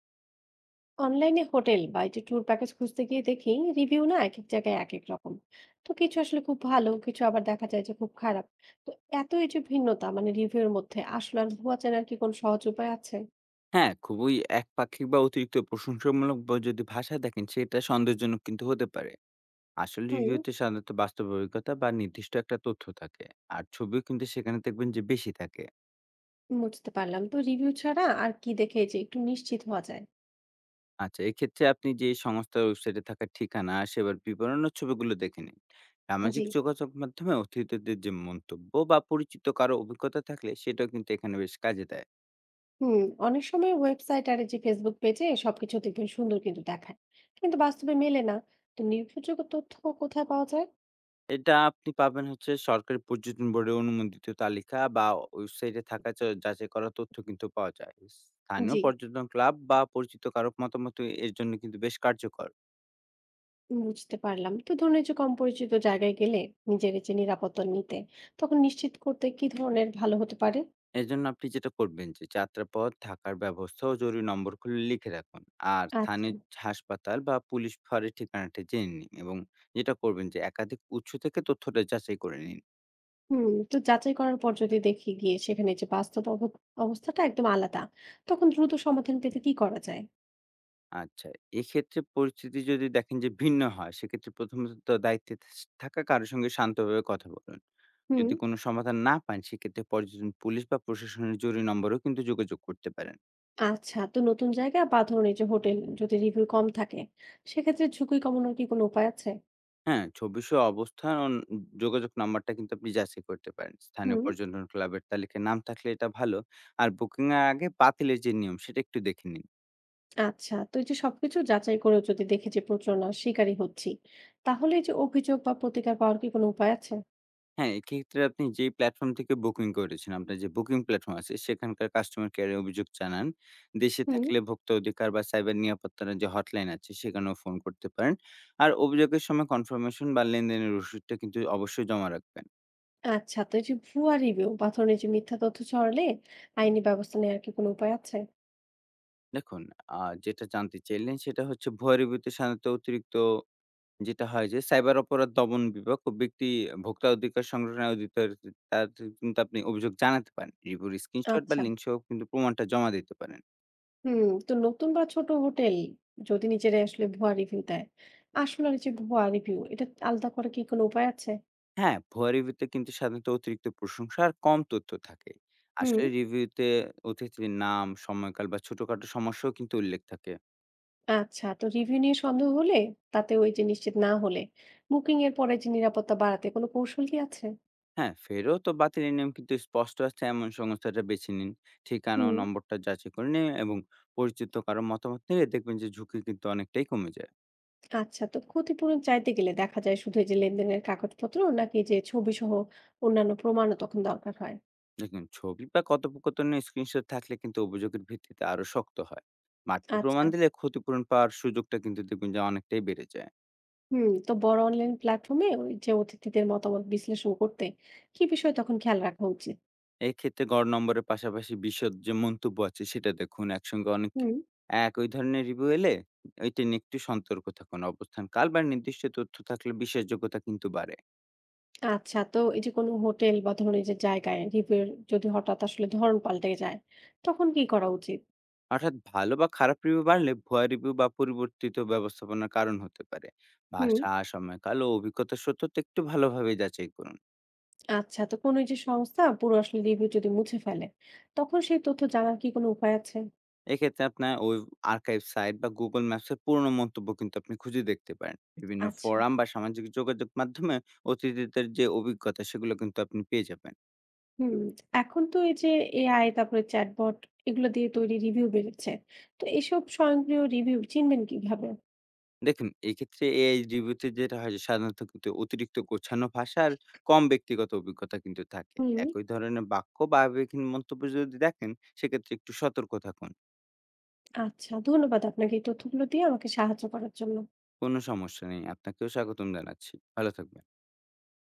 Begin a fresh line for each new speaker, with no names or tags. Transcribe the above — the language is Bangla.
অনলাইনে হোটেল বা এই যে ট্যুর প্যাকেজ খুঁজতে গিয়ে দেখি রিভিউ না এক এক জায়গায় এক এক রকম। তো কিছু আসলে খুব ভালো, কিছু আবার দেখা যায় যে খুব খারাপ। তো এত এই যে ভিন্নতা মানে রিভিউর মধ্যে, আসলে আর ভুয়া চেনার কি কোনো সহজ উপায় আছে?
হ্যাঁ, খুবই একপাক্ষিক বা অতিরিক্ত প্রশংসামূলক যদি ভাষা দেখেন, সেটা সন্দেহজনক কিন্তু হতে পারে। আসল
হুম।
রিভিউতে সাধারণত বাস্তব অভিজ্ঞতা বা নির্দিষ্ট একটা তথ্য থাকে। আর ছবিও কিন্তু সেখানে দেখবেন যে বেশি থাকে।
বুঝতে পারলাম। তো রিভিউ ছাড়া আর কি দেখে যে একটু নিশ্চিত হওয়া যায়?
আচ্ছা, এক্ষেত্রে আপনি যে সংস্থার ওয়েবসাইটে থাকা ঠিকানা, আর সেবার বিবরণ ও ছবিগুলো দেখে নিন।
জি।
সামাজিক যোগাযোগ মাধ্যমে অতিথিদের যে মন্তব্য বা পরিচিত কারো অভিজ্ঞতা থাকলে, সেটাও কিন্তু এখানে বেশ কাজে দেয়।
হুম। অনেক সময় ওয়েবসাইট আর এই যে ফেসবুক পেজে সবকিছু দেখবেন সুন্দর কিন্তু দেখায়, কিন্তু বাস্তবে মেলে না। তো নির্ভরযোগ্য তথ্য কোথায় পাওয়া যায়?
এটা আপনি পাবেন হচ্ছে সরকারি পর্যটন বোর্ডের অনুমোদিত তালিকা বা ওয়েবসাইটে থাকা যাচাই করা তথ্য কিন্তু পাওয়া যায় স্থানীয়
জি।
পর্যটন ক্লাব বা পরিচিত কারো মতামত এর জন্য কিন্তু বেশ কার্যকর।
বুঝতে পারলাম। তো ধরুন এই যে কম পরিচিত জায়গায় গেলে নিজের এই যে নিরাপত্তা নিতে, তখন নিশ্চিত করতে কি ধরনের ভালো হতে পারে?
এর জন্য আপনি যেটা করবেন যে যাত্রাপথ, থাকার ব্যবস্থা ও জরুরি নম্বর খুলে লিখে রাখুন আর
আচ্ছা।
স্থানীয় হাসপাতাল বা পুলিশ ফাঁড়ির ঠিকানাটা জেনে নিন এবং যেটা করবেন যে একাধিক উৎস থেকে তথ্যটা যাচাই করে নিন।
হুম। তো যাচাই করার পর যদি দেখি গিয়ে সেখানে যে বাস্তব অবস্থাটা একদম আলাদা, তখন দ্রুত সমাধান পেতে কি করা যায়?
আচ্ছা। এক্ষেত্রে পরিস্থিতি যদি দেখেন যে ভিন্ন হয়, সেক্ষেত্রে প্রথমত তো দায়িত্বে থা থাকা কারো সঙ্গে শান্তভাবে কথা বলুন।
হুম।
যদি কোনো সমাধান না পান, সেক্ষেত্রে পর্যটন পুলিশ বা প্রশাসনের জরুরি নম্বরেও কিন্তু যোগাযোগ করতে পারেন।
আচ্ছা। তো নতুন জায়গা বা ধরুন এই যে হোটেল যদি রিভিউ কম থাকে, সেক্ষেত্রে ঝুঁকি কমানোর কি কোনো উপায় আছে?
হ্যাঁ? ছবি সহ অবস্থান ও যোগাযোগ নাম্বারটা কিন্তু আপনি যাচাই করতে পারেন। স্থানীয়
হুম।
পর্যটন ক্লাবের তালিকায় নাম থাকলে এটা ভালো। আর বুকিং এর আগে বাতিলের যে নিয়ম, সেটা একটু দেখে নিন।
আচ্ছা। তো এই যে সবকিছু যাচাই করে যদি দেখি যে প্রতারণার শিকারই হচ্ছি, তাহলে এই যে অভিযোগ বা প্রতিকার পাওয়ার কি কোনো উপায় আছে?
হ্যাঁ, এক্ষেত্রে আপনি যেই প্ল্যাটফর্ম থেকে বুকিং করেছেন, আপনার যে বুকিং প্ল্যাটফর্ম আছে, সেখানকার কাস্টমার কেয়ারে অভিযোগ জানান। দেশে
হুম।
থাকলে ভোক্তা অধিকার বা সাইবার নিরাপত্তার যে হটলাইন আছে, সেখানেও ফোন করতে পারেন। আর অভিযোগের সময় কনফার্মেশন বা লেনদেনের রসিদটা কিন্তু অবশ্যই জমা রাখবেন।
আচ্ছা। তো এই যে ভুয়া রিভিউ বা ধরুন এই যে মিথ্যা তথ্য ছড়ালে আইনি ব্যবস্থা নেওয়ার কি কোনো উপায় আছে?
দেখুন, আ যেটা জানতে চাইলেন সেটা হচ্ছে ভুয়া রিভিউতে সাধারণত অতিরিক্ত যেটা হয় যে সাইবার অপরাধ দমন বিভাগ ও ব্যক্তি ভোক্তা অধিকার সংগঠনের অধিকার, তাদের কিন্তু আপনি অভিযোগ জানাতে পারেন। রিভিউর স্ক্রিনশট বা
আচ্ছা।
লিঙ্ক সহ কিন্তু প্রমাণটা জমা দিতে পারেন।
হুম। তো নতুন বা ছোট হোটেল যদি নিজেরাই আসলে ভুয়া রিভিউ দেয়, আসলে এই যে ভুয়া রিভিউ এটা আলাদা করে কি কোনো উপায় আছে?
হ্যাঁ, ভুয়া রিভিউতে কিন্তু সাধারণত অতিরিক্ত প্রশংসা আর কম তথ্য থাকে।
হুম।
আসলে রিভিউতে অতিথির নাম, সময়কাল বা ছোটখাটো সমস্যাও কিন্তু উল্লেখ থাকে।
আচ্ছা। তো রিভিউ নিয়ে সন্দেহ হলে, তাতে ওই যে নিশ্চিত না হলে, বুকিং এর পরে যে নিরাপত্তা বাড়াতে কোনো কৌশল কি আছে?
হ্যাঁ, ফেরত ও বাতিলের নিয়ম কিন্তু স্পষ্ট আছে এমন সংস্থাটা বেছে নিন। ঠিকানা ও
হুম।
নম্বরটা যাচাই করে নিন এবং পরিচিত কারো মতামত নিলে দেখবেন যে ঝুঁকি কিন্তু অনেকটাই কমে যায়।
আচ্ছা। তো ক্ষতিপূরণ চাইতে গেলে দেখা যায় শুধু এই যে লেনদেনের কাগজপত্র, নাকি যে ছবি সহ অন্যান্য প্রমাণও তখন দরকার হয়?
দেখুন, ছবি বা কথোপকথনের স্ক্রিনশট থাকলে কিন্তু অভিযোগের ভিত্তিতে আরো শক্ত হয়। বাড়তি প্রমাণ
আচ্ছা।
দিলে ক্ষতিপূরণ পাওয়ার সুযোগটা কিন্তু দেখবেন যে অনেকটাই বেড়ে যায়।
হুম। তো বড় অনলাইন প্ল্যাটফর্মে ওই যে অতিথিদের মতামত বিশ্লেষণ করতে কি বিষয় তখন খেয়াল রাখা উচিত?
এক্ষেত্রে গড় নম্বরের পাশাপাশি বিশদ যে মন্তব্য আছে সেটা দেখুন। একসঙ্গে অনেক
হুম।
একই ধরনের রিভিউ এলে ওইটা নিয়ে একটু সতর্ক থাকুন। অবস্থান, কাল বা নির্দিষ্ট তথ্য থাকলে বিশ্বাসযোগ্যতা কিন্তু বাড়ে।
আচ্ছা। তো এই যে কোনো হোটেল বা ধরুন এই যে জায়গায় রিভিউ যদি হঠাৎ আসলে ধরন পাল্টে যায়, তখন কি করা উচিত?
অর্থাৎ ভালো বা খারাপ রিভিউ বাড়লে ভুয়া রিভিউ বা পরিবর্তিত ব্যবস্থাপনার কারণ হতে পারে।
হুম।
ভাষা, সময়কাল ও অভিজ্ঞতার সত্যতা একটু ভালোভাবে যাচাই করুন।
আচ্ছা। তো কোনো এই যে সংস্থা পুরো আসলে রিভিউ যদি মুছে ফেলে, তখন সেই তথ্য জানার কি কোনো উপায় আছে?
এক্ষেত্রে আপনার ওই আর্কাইভ সাইট বা Google Maps এর পুরনো মন্তব্য কিন্তু আপনি খুঁজে দেখতে পারেন। বিভিন্ন
আচ্ছা।
ফোরাম বা সামাজিক যোগাযোগ মাধ্যমে অতিথিদের যে অভিজ্ঞতা সেগুলো কিন্তু আপনি পেয়ে যাবেন।
হুম। এখন তো এই যে এআই, তারপরে চ্যাটবট, এগুলো দিয়ে তৈরি রিভিউ বেরোচ্ছে। তো এসব স্বয়ংক্রিয় রিভিউ চিনবেন কিভাবে?
দেখুন, এক্ষেত্রে AI রিভিউতে যেটা হয় যে সাধারণত কিন্তু অতিরিক্ত গোছানো ভাষা আর কম ব্যক্তিগত অভিজ্ঞতা কিন্তু থাকে।
হুম।
একই ধরনের বাক্য বা আবেগহীন মন্তব্য যদি দেখেন সেক্ষেত্রে একটু সতর্ক থাকুন।
আচ্ছা, ধন্যবাদ আপনাকে এই তথ্যগুলো দিয়ে আমাকে সাহায্য করার জন্য।
কোনো সমস্যা নেই। আপনাকেও স্বাগতম জানাচ্ছি। ভালো থাকবেন।